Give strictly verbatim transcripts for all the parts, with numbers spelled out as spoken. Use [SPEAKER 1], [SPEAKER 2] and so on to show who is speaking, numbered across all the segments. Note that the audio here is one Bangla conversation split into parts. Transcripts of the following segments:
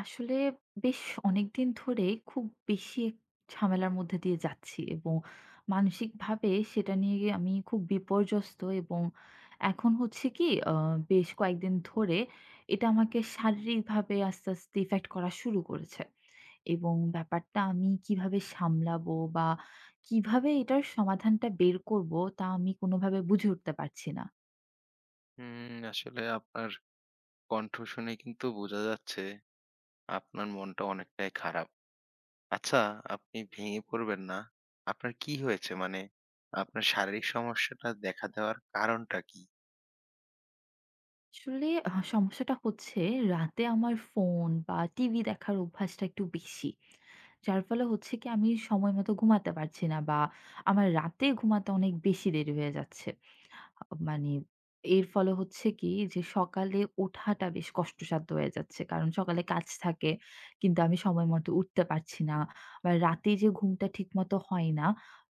[SPEAKER 1] আসলে বেশ অনেকদিন ধরেই খুব বেশি এক ঝামেলার মধ্যে দিয়ে যাচ্ছি, এবং মানসিকভাবে সেটা নিয়ে আমি খুব বিপর্যস্ত। এবং এখন হচ্ছে কি আহ, বেশ কয়েকদিন ধরে এটা আমাকে শারীরিকভাবে আস্তে আস্তে ইফেক্ট করা শুরু করেছে, এবং ব্যাপারটা আমি কিভাবে সামলাবো বা কিভাবে এটার সমাধানটা বের করব, তা আমি কোনোভাবে বুঝে উঠতে পারছি না।
[SPEAKER 2] হুম, আসলে আপনার কণ্ঠ শুনে কিন্তু বোঝা যাচ্ছে আপনার মনটা অনেকটাই খারাপ। আচ্ছা, আপনি ভেঙে পড়বেন না। আপনার কি হয়েছে? মানে আপনার শারীরিক সমস্যাটা দেখা দেওয়ার কারণটা কি?
[SPEAKER 1] আসলে আহ, সমস্যাটা হচ্ছে রাতে আমার ফোন বা টিভি দেখার অভ্যাসটা একটু বেশি, যার ফলে হচ্ছে কি আমি সময় মতো ঘুমাতে পারছি না, বা আমার রাতে ঘুমাতে অনেক বেশি দেরি হয়ে যাচ্ছে। আ মানে এর ফলে হচ্ছে কি, যে সকালে ওঠাটা বেশ কষ্টসাধ্য হয়ে যাচ্ছে। কারণ সকালে কাজ থাকে, কিন্তু আমি সময় মতো উঠতে পারছি না। আবার রাতে যে ঘুমটা ঠিকমতো হয় না,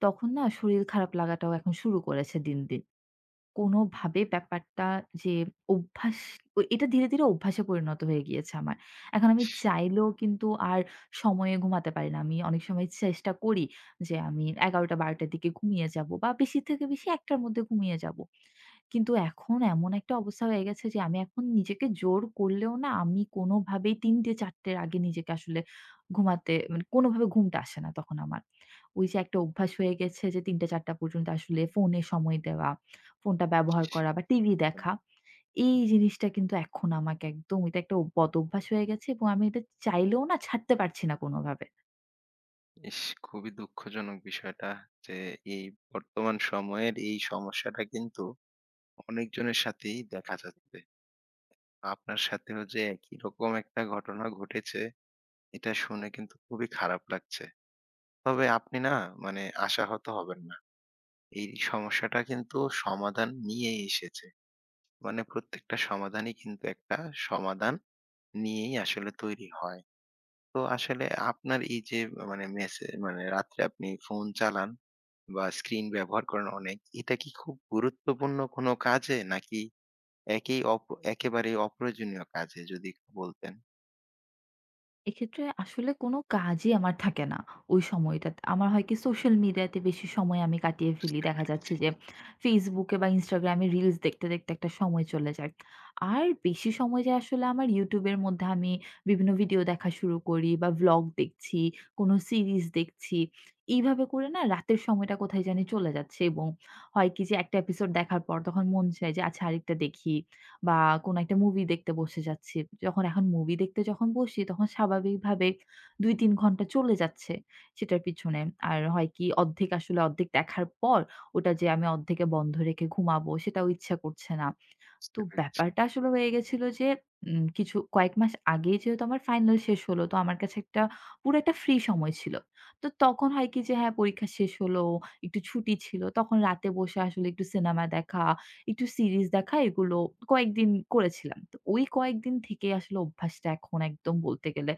[SPEAKER 1] তখন না শরীর খারাপ লাগাটাও এখন শুরু করেছে দিন, দিন। কোনোভাবে ব্যাপারটা, যে অভ্যাস, ও এটা ধীরে, ধীরে অভ্যাসে পরিণত হয়ে গিয়েছে আমার। এখন আমি চাইলেও কিন্তু আর সময়ে ঘুমাতে পারি না। আমি অনেক সময় চেষ্টা করি যে আমি ১১ঃ০০-১২ঃ শূন্য শূন্য র দিকে ঘুমিয়ে যাবো, বা বেশি থেকে বেশি ১ঃ শূন্য শূন্য র মধ্যে ঘুমিয়ে যাবো। কিন্তু এখন এমন একটা অবস্থা হয়ে গেছে যে আমি এখন নিজেকে জোর করলেও না, আমি কোনোভাবেই ৩ঃ০০-৪ঃ শূন্য শূন্য র আগে নিজেকে আসলে ঘুমাতে, মানে কোনোভাবে ঘুমটা আসে না তখন আমার। ওই যে একটা অভ্যাস হয়ে গেছে যে ৩ঃ০০-৪ঃ শূন্য শূন্য পর্যন্ত আসলে ফোনে সময় দেওয়া, ফোনটা ব্যবহার করা, বা টিভি দেখা। এই জিনিসটা কিন্তু এখন আমাকে একদম, এটা একটা বদঅভ্যাস হয়ে গেছে, এবং আমি এটা চাইলেও না ছাড়তে পারছি না কোনোভাবে।
[SPEAKER 2] ইস! খুবই দুঃখজনক বিষয়টা যে এই বর্তমান সময়ের এই সমস্যাটা কিন্তু অনেকজনের সাথেই দেখা যাচ্ছে। আপনার সাথেও যে একই রকম একটা ঘটনা ঘটেছে এটা শুনে কিন্তু খুবই খারাপ লাগছে। তবে আপনি না মানে আশাহত হবেন না। এই সমস্যাটা কিন্তু সমাধান নিয়েই এসেছে। মানে প্রত্যেকটা সমাধানই কিন্তু একটা সমাধান নিয়েই আসলে তৈরি হয়। তো আসলে আপনার এই যে মানে মেসে মানে রাত্রে আপনি ফোন চালান বা স্ক্রিন ব্যবহার করেন অনেক, এটা কি খুব গুরুত্বপূর্ণ কোনো কাজে নাকি একেই অপ একেবারেই অপ্রয়োজনীয় কাজে যদি একটু বলতেন?
[SPEAKER 1] এক্ষেত্রে আসলে কোনো কাজই আমার থাকে না ওই সময়টাতে। আমার হয় কি, সোশ্যাল মিডিয়াতে বেশি সময় আমি কাটিয়ে ফেলি।
[SPEAKER 2] বুঝতে
[SPEAKER 1] দেখা
[SPEAKER 2] পেরেছি,
[SPEAKER 1] যাচ্ছে যে Facebook এ বা Instagram এ রিলস দেখতে, দেখতে একটা সময় চলে যায়। আর বেশি সময় যায় আসলে আমার YouTube এর মধ্যে, আমি বিভিন্ন ভিডিও দেখা শুরু করি, বা ভ্লগ দেখছি, কোনো সিরিজ দেখছি। এইভাবে করে না রাতের সময়টা কোথায় জানি চলে যাচ্ছে, এবং হয় কি, যে একটা এপিসোড দেখার পর তখন মন চায় যে আচ্ছা আরেকটা দেখি। বা কোনো একটা মুভি দেখতে বসে যাচ্ছি। যখন এখন মুভি দেখতে যখন বসি তখন স্বাভাবিকভাবে দুই তিন ঘন্টা চলে যাচ্ছে সেটার পিছনে। আর হয় কি অর্ধেক, আসলে অর্ধেক দেখার পর ওটা যে আমি অর্ধেকে বন্ধ রেখে ঘুমাবো, সেটাও ইচ্ছা করছে না।
[SPEAKER 2] বুঝতে
[SPEAKER 1] তো
[SPEAKER 2] পেরেছি।
[SPEAKER 1] ব্যাপারটা আসলে হয়ে গেছিল যে উম কিছু কয়েক মাস আগেই, যেহেতু আমার ফাইনাল শেষ হলো, তো আমার কাছে একটা পুরো একটা ফ্রি সময় ছিল। তো তখন হয় কি যে হ্যাঁ, পরীক্ষা শেষ হলো, একটু ছুটি ছিল। তখন রাতে বসে আসলে একটু সিনেমা দেখা, একটু সিরিজ দেখা, এগুলো কয়েকদিন করেছিলাম। তো ওই কয়েকদিন থেকেই আসলে অভ্যাসটা এখন একদম বলতে গেলে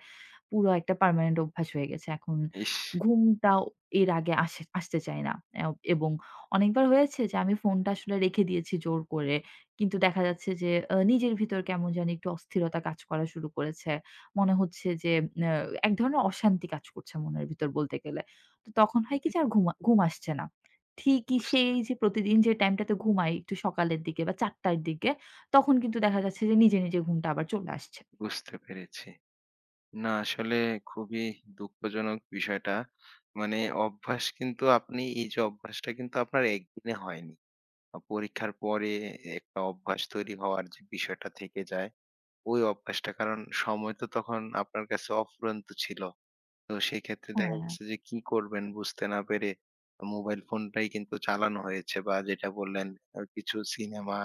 [SPEAKER 1] পুরো একটা পার্মানেন্ট অভ্যাস হয়ে গেছে। এখন
[SPEAKER 2] ইস!
[SPEAKER 1] ঘুমটাও এর আগে আসে আসতে চায় না। এও এবং অনেকবার হয়েছে যে আমি ফোনটা আসলে রেখে দিয়েছি জোর করে। কিন্তু দেখা যাচ্ছে যে আ নিজের ভিতর কেমন জানি একটু অস্থিরতা কাজ করা শুরু করেছে। মনে হচ্ছে যে আ এক ধরনের অশান্তি কাজ করছে মনের ভিতর বলতে গেলে। তো তখন
[SPEAKER 2] হুম,
[SPEAKER 1] হয় কি
[SPEAKER 2] হুম।
[SPEAKER 1] যে আর ঘুমা ঘুম আসছে না। ঠিকই
[SPEAKER 2] বুঝ
[SPEAKER 1] সেই যে প্রতিদিন যে টাইমটাতে ঘুমাই একটু সকালের দিকে বা চার টার দিকে, তখন কিন্তু দেখা যাচ্ছে যে নিজে, নিজে ঘুমটা আবার চলে আসছে।
[SPEAKER 2] বুঝতে পেরেছি। না আসলে খুবই দুঃখজনক বিষয়টা। মানে অভ্যাস কিন্তু আপনি এই যে অভ্যাসটা কিন্তু আপনার একদিনে হয়নি। আ পরীক্ষার পরে একটা অভ্যাস তৈরি হওয়ার যে বিষয়টা থেকে যায়, ওই অভ্যাসটা কারণ সময় তো তখন আপনার কাছে অফুরন্ত ছিল। তো সেই ক্ষেত্রে দেখা
[SPEAKER 1] হ্যাঁ।
[SPEAKER 2] গেছে যে কি করবেন বুঝতে না পেরে মোবাইল ফোনটাই কিন্তু চালানো হয়েছে বা যেটা বললেন আ কিছু সিনেমা,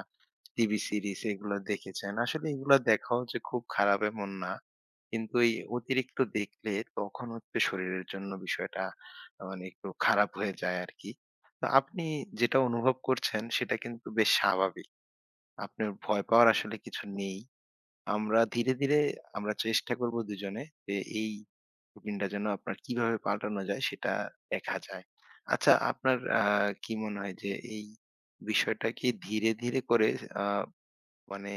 [SPEAKER 2] টিভি সিরিজ এগুলো দেখেছেন। আসলে এগুলো দেখাও যে খুব খারাপ এমন না। কিন্তু এই অতিরিক্ত দেখলে তখন হচ্ছে শরীরের জন্য বিষয়টা আ মানে একটু খারাপ হয়ে যায় আরকি। তো আপনি যেটা অনুভব করছেন সেটা কিন্তু বেশ স্বাভাবিক। আপনার ভয় পাওয়ার আসলে কিছু নেই। আমরা ধীরে, ধীরে আমরা চেষ্টা করব দুজনে যে এই রুটিনটা যেন আপনার কিভাবে পাল্টানো যায় সেটা দেখা যায়। আচ্ছা আপনার আ কি মনে হয় যে এই বিষয়টা কি ধীরে, ধীরে করে আ মানে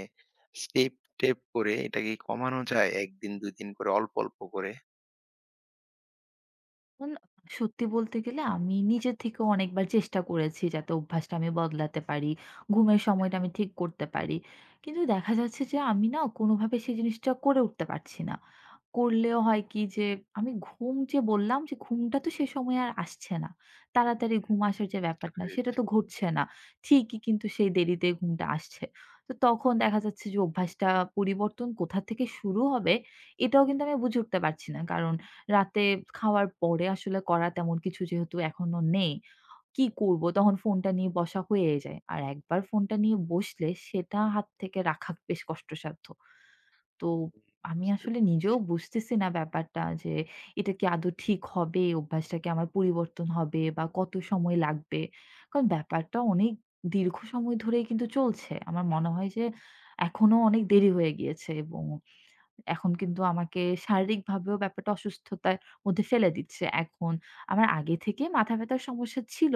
[SPEAKER 2] স্টেপ, স্টেপ করে এটা কি কমানো যায়? এক দিন দুই দিন করে অল্প, অল্প করে?
[SPEAKER 1] এখন সত্যি বলতে গেলে আমি নিজে থেকে অনেকবার চেষ্টা করেছি যাতে অভ্যাসটা আমি বদলাতে পারি। ঘুমের সময়টা আমি ঠিক করতে পারি। কিন্তু দেখা যাচ্ছে যে আমি না কোনোভাবে সেই জিনিসটা করে উঠতে পারছি না। করলেও হয় কি যে আমি ঘুম, যে বললাম যে ঘুমটা তো সে সময় আর আসছে না। তাড়াতাড়ি
[SPEAKER 2] হুম,
[SPEAKER 1] ঘুম আসার যে
[SPEAKER 2] বুঝতে
[SPEAKER 1] ব্যাপারটা, সেটা
[SPEAKER 2] পেরেছি,
[SPEAKER 1] তো ঘটছে না। ঠিকই কিন্তু সেই দেরিতে ঘুমটা আসছে। তো তখন দেখা যাচ্ছে যে অভ্যাসটা পরিবর্তন কোথা থেকে শুরু হবে, এটাও কিন্তু আমি বুঝে উঠতে পারছি না। কারণ রাতে খাওয়ার পরে আসলে করা তেমন কিছু যেহেতু এখনো নেই, কি করব? তখন ফোনটা নিয়ে বসা হয়েই যায়। আর একবার ফোনটা নিয়ে বসলে সেটা হাত থেকে রাখা বেশ কষ্টসাধ্য। তো আমি
[SPEAKER 2] বুঝতে
[SPEAKER 1] আসলে নিজেও বুঝতেছি না ব্যাপারটা, যে এটা কি আদৌ ঠিক হবে? অভ্যাসটা কি আমার পরিবর্তন হবে, বা কত সময় লাগবে? কারণ ব্যাপারটা অনেক দীর্ঘ সময় ধরেই কিন্তু চলছে। আমার মনে হয় যে এখনো অনেক দেরি হয়ে গিয়েছে, এবং এখন কিন্তু আমাকে শারীরিকভাবেও ব্যাপারটা অসুস্থতার মধ্যে ফেলে দিচ্ছে। এখন আমার আগে থেকে মাথা ব্যাথার সমস্যা ছিল।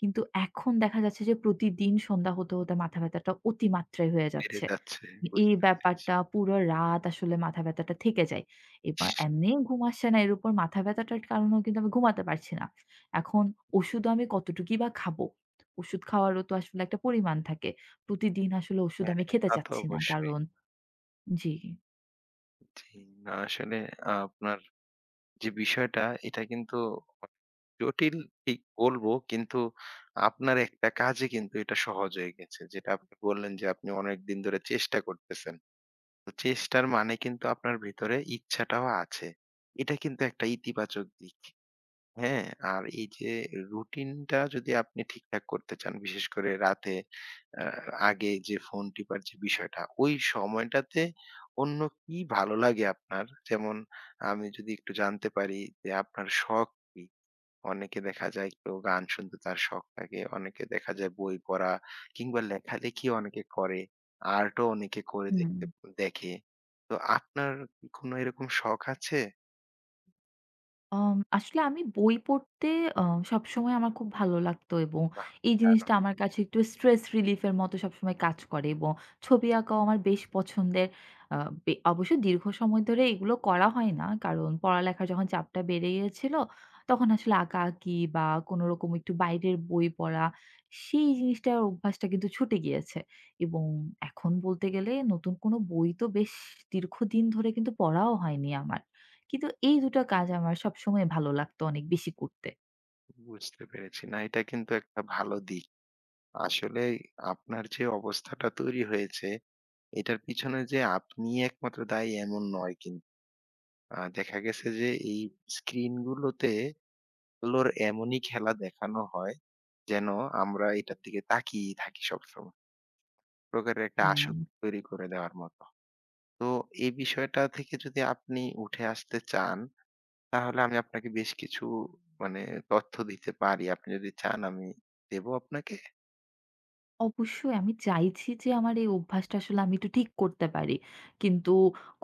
[SPEAKER 1] কিন্তু এখন দেখা যাচ্ছে যে প্রতিদিন সন্ধ্যা হতে, হতে মাথা ব্যাথাটা অতিমাত্রায় হয়ে
[SPEAKER 2] বেড়ে
[SPEAKER 1] যাচ্ছে।
[SPEAKER 2] যাচ্ছে।
[SPEAKER 1] এই
[SPEAKER 2] বুঝতে পেরেছি।
[SPEAKER 1] ব্যাপারটা পুরো রাত আসলে মাথা ব্যাথাটা থেকে যায়। এবার এমনি ঘুম আসছে না, এর উপর মাথা ব্যাথাটার কারণেও কিন্তু আমি ঘুমাতে পারছি না। এখন ওষুধও আমি কতটুকুই বা খাবো? ওষুধ খাওয়ারও তো আসলে একটা পরিমাণ থাকে। প্রতিদিন আসলে ওষুধ
[SPEAKER 2] হ্যাঁ,
[SPEAKER 1] আমি খেতে
[SPEAKER 2] তা তো
[SPEAKER 1] চাচ্ছি না।
[SPEAKER 2] অবশ্যই।
[SPEAKER 1] কারণ জি।
[SPEAKER 2] জি, না আসলে আপনার যে বিষয়টা এটা কিন্তু জটিল ঠিক বলবো কিন্তু আপনার একটা কাজে কিন্তু এটা সহজ হয়ে গেছে। যেটা আপনি বললেন যে আপনি অনেকদিন ধরে চেষ্টা করতেছেন। তো চেষ্টার মানে কিন্তু আপনার ভিতরে ইচ্ছাটাও আছে। এটা কিন্তু একটা ইতিবাচক দিক। হ্যাঁ, আর এই যে রুটিনটা যদি আপনি ঠিকঠাক করতে চান, বিশেষ করে রাতে আ আগে যে ফোন টিপার যে বিষয়টা, ওই সময়টাতে অন্য কি ভালো লাগে আপনার? যেমন আমি যদি একটু জানতে পারি যে আপনার শখ কি? অনেকে দেখা যায় কেউ গান শুনতে তার শখ থাকে, অনেকে দেখা যায় বই পড়া কিংবা লেখালেখি অনেকে করে, আর্টও অনেকে করে
[SPEAKER 1] হুম।
[SPEAKER 2] দেখতে দেখে। তো আপনার কি কোনো এরকম শখ আছে?
[SPEAKER 1] আম আসলে আমি বই পড়তে আ সবসময় আমার খুব ভালো লাগতো, এবং
[SPEAKER 2] বাহ!
[SPEAKER 1] এই
[SPEAKER 2] দারুণ।
[SPEAKER 1] জিনিসটা আমার কাছে একটু স্ট্রেস রিলিফ এর মতো সবসময় কাজ করে, এবং ছবি আঁকাও আমার বেশ পছন্দের। আ বে অবশ্য দীর্ঘ সময় ধরে এগুলো করা হয় না। কারণ পড়ালেখার যখন চাপটা বেড়ে গিয়েছিল, তখন আসলে আঁকাআঁকি বা কোনোরকম একটু বাইরের বই পড়া, সেই জিনিসটার অভ্যাসটা কিন্তু ছুটে গিয়েছে। এবং এখন বলতে গেলে নতুন কোনো বই তো বেশ দীর্ঘদিন ধরে কিন্তু পড়াও হয়নি আমার। কিন্তু এই দুই টা কাজ আমার সবসময় ভালো লাগতো অনেক বেশি করতে।
[SPEAKER 2] বুঝতে পেরেছি। না, এটা কিন্তু একটা ভালো দিক। আসলেই আপনার যে অবস্থাটা তৈরি হয়েছে, এটার পিছনে যে আপনি একমাত্র দায়ী এমন নয় কিন আ দেখা গেছে যে এই স্ক্রিনগুলোতে আলোর এমনই খেলা দেখানো হয় যেন আমরা এটার দিকে তাকিয়েই থাকি সবসময়। প্রকারের একটা
[SPEAKER 1] হ্যাঁ।
[SPEAKER 2] আসক্তি তৈরি করে দেওয়ার মতো। তো এই বিষয়টা থেকে যদি আপনি উঠে আসতে চান, তাহলে আমি আপনাকে বেশ কিছু মানে তথ্য দিতে পারি। আপনি যদি চান আমি দেবো আপনাকে?
[SPEAKER 1] অবশ্যই আমি চাইছি যে আমার এই অভ্যাসটা আসলে আমি একটু ঠিক করতে পারি। কিন্তু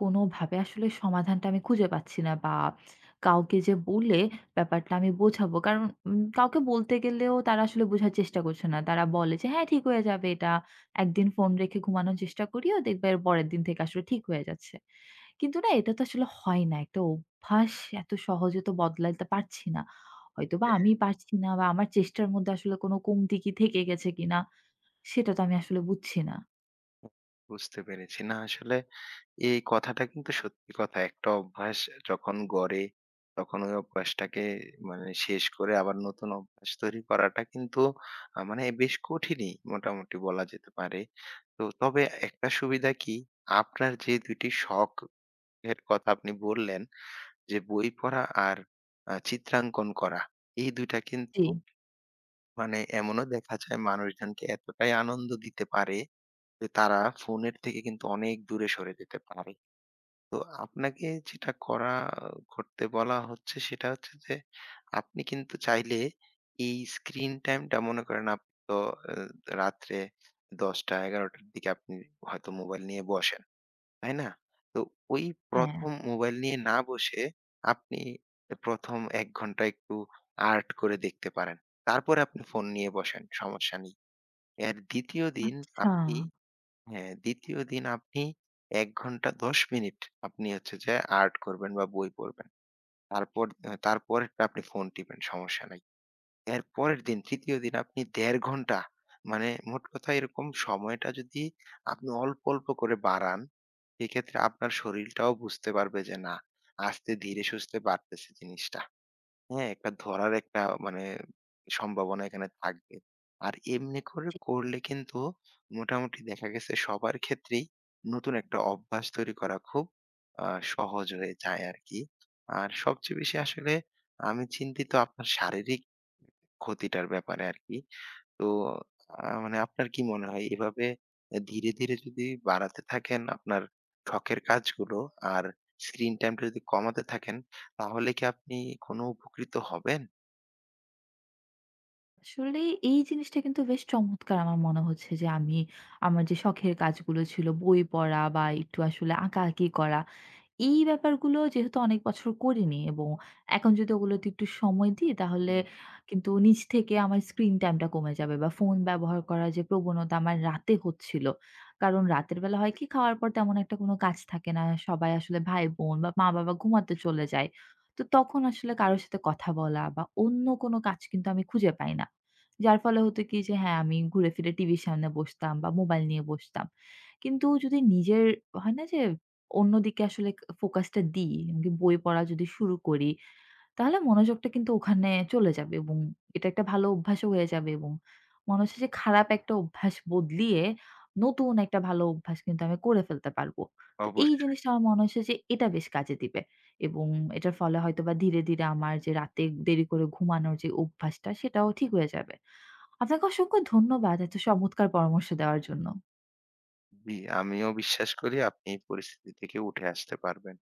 [SPEAKER 1] কোনোভাবে আসলে সমাধানটা আমি খুঁজে পাচ্ছি না, বা কাউকে যে বলে ব্যাপারটা আমি বোঝাবো। কারণ উম কাউকে বলতে গেলেও তারা আসলে বোঝার চেষ্টা করছে না। তারা বলে যে, "হ্যাঁ, ঠিক হয়ে যাবে এটা। একদিন ফোন রেখে ঘুমানোর চেষ্টা করিও, দেখবে এর পরের দিন থেকে আসলে ঠিক হয়ে যাচ্ছে।" কিন্তু না, এটা তো আসলে হয় না। একটা অভ্যাস এত সহজে তো বদলাতে পারছি না। হয়তোবা আমি পারছি না, বা আমার চেষ্টার মধ্যে আসলে কোনো কমতি কি থেকে গেছে কিনা, সেটা তো আমি আসলে বুঝছি না।
[SPEAKER 2] বুঝতে পেরেছি। না আসলে এই কথাটা কিন্তু সত্যি কথা। একটা অভ্যাস যখন গড়ে তখন ওই অভ্যাসটাকে মানে শেষ করে আবার নতুন অভ্যাস তৈরি করাটা কিন্তু আ মানে বেশ কঠিনই মোটামুটি বলা যেতে পারে। তো তবে একটা সুবিধা কি আপনার যে দুই টি শখের কথা আপনি বললেন যে বই পড়া আর আ চিত্রাঙ্কন করা। এই দুই টা
[SPEAKER 1] জি।
[SPEAKER 2] কিন্তু মানে এমনও দেখা যায় মানুষজনকে এতটাই আনন্দ দিতে পারে যে তারা ফোনের থেকে কিন্তু অনেক দূরে সরে যেতে পারে। তো আপনাকে যেটা করা করতে বলা হচ্ছে সেটা হচ্ছে যে, আপনি কিন্তু চাইলে এই স্ক্রিন টাইমটা মনে করেন আপনি তো আ রাত্রে দশটা থেকে এগারোটা র দিকে আপনি হয়তো মোবাইল নিয়ে বসেন, তাই না? তো ওই
[SPEAKER 1] হ্যাঁ,
[SPEAKER 2] ১ম মোবাইল নিয়ে না বসে আপনি ১ম এক ঘন্টা একটু আর্ট করে দেখতে পারেন। তারপরে আপনি ফোন নিয়ে বসেন, সমস্যা নেই। এর ২য় দিন
[SPEAKER 1] আচ্ছা।
[SPEAKER 2] আপনি হ্যাঁ, ২য় দিন আপনি এক ঘন্টা দশ মিনিট আপনি হচ্ছে যে আর্ট করবেন বা বই পড়বেন। তারপর আ তারপরেরটা আপনি ফোন টিপেন, সমস্যা নাই। এরপরের দিন ৩য় দিন আপনি দেড় ঘন্টা মানে মোট কথা এরকম সময়টা যদি আপনি অল্প, অল্প করে বাড়ান, সেক্ষেত্রে আপনার শরীরটাও বুঝতে পারবে যে না, আস্তে ধীরে সুস্থে বাড়তেছে জিনিসটা। হ্যাঁ, একটা ধরার একটা মানে সম্ভাবনা এখানে থাকবে। আর এমনি করে করলে কিন্তু মোটামুটি দেখা গেছে সবার ক্ষেত্রেই নতুন একটা অভ্যাস তৈরি করা খুব আ সহজ হয়ে যায় আরকি। আর সবচেয়ে বেশি আসলে আমি চিন্তিত আপনার শারীরিক ক্ষতিটার ব্যাপারে আরকি। তো আ মানে আপনার কি মনে হয় এভাবে এ ধীরে, ধীরে যদি বাড়াতে থাকেন আপনার শখের কাজগুলো আর স্ক্রিন টাইমটা যদি কমাতে থাকেন, তাহলে কি আপনি কোনো উপকৃত হবেন?
[SPEAKER 1] আসলে এই জিনিসটা কিন্তু বেশ চমৎকার, আমার মনে হচ্ছে যে আমি আমার যে শখের কাজগুলো ছিল বই পড়া বা একটু আসলে আঁকাআঁকি করা, এই ব্যাপারগুলো যেহেতু অনেক বছর করিনি, এবং এখন যদি ওগুলোতে একটু সময় দিই তাহলে
[SPEAKER 2] হুম,
[SPEAKER 1] কিন্তু নিজ থেকে আমার স্ক্রিন টাইমটা কমে যাবে, বা ফোন ব্যবহার করার যে প্রবণতা আমার রাতে হচ্ছিল। কারণ রাতের বেলা হয় কি খাওয়ার পর তেমন একটা কোনো কাজ থাকে না। সবাই আসলে ভাই-বোন বা মা-বাবা ঘুমাতে চলে যায়। তো তখন আসলে কারো সাথে কথা বলা বা অন্য কোনো কাজ কিন্তু আমি খুঁজে পাই না। যার ফলে হতো কি যে হ্যাঁ, আমি ঘুরে ফিরে টিভির সামনে বসতাম বা মোবাইল নিয়ে বসতাম। কিন্তু যদি নিজের হয় না যে অন্যদিকে আসলে ক ফোকাসটা দিই। এমনকি বই পড়া যদি শুরু করি, তাহলে মনোযোগটা কিন্তু ওখানে চলে যাবে, এবং এটা একটা ভালো অভ্যাসও হয়ে যাবে, এবং মনে হচ্ছে যে খারাপ একটা অভ্যাস বদলিয়ে নতুন একটা ভালো অভ্যাস কিন্তু আমি করে ফেলতে পারবো। তো এই
[SPEAKER 2] অবশ্যই।
[SPEAKER 1] জিনিসটা আমার মনে হচ্ছে যে এটা বেশ কাজে দিবে, এবং এটার ফলে হয়তোবা ধীরে, ধীরে আমার যে রাতে দেরি করে ঘুমানোর যে অভ্যাসটা, সেটাও ঠিক হয়ে যাবে। আপনাকে অসংখ্য ধন্যবাদ এত চমৎকার পরামর্শ দেওয়ার জন্য।
[SPEAKER 2] জি, আমিও বিশ্বাস করি আপনি এই পরিস্থিতি থেকে উঠে আসতে পারবেন।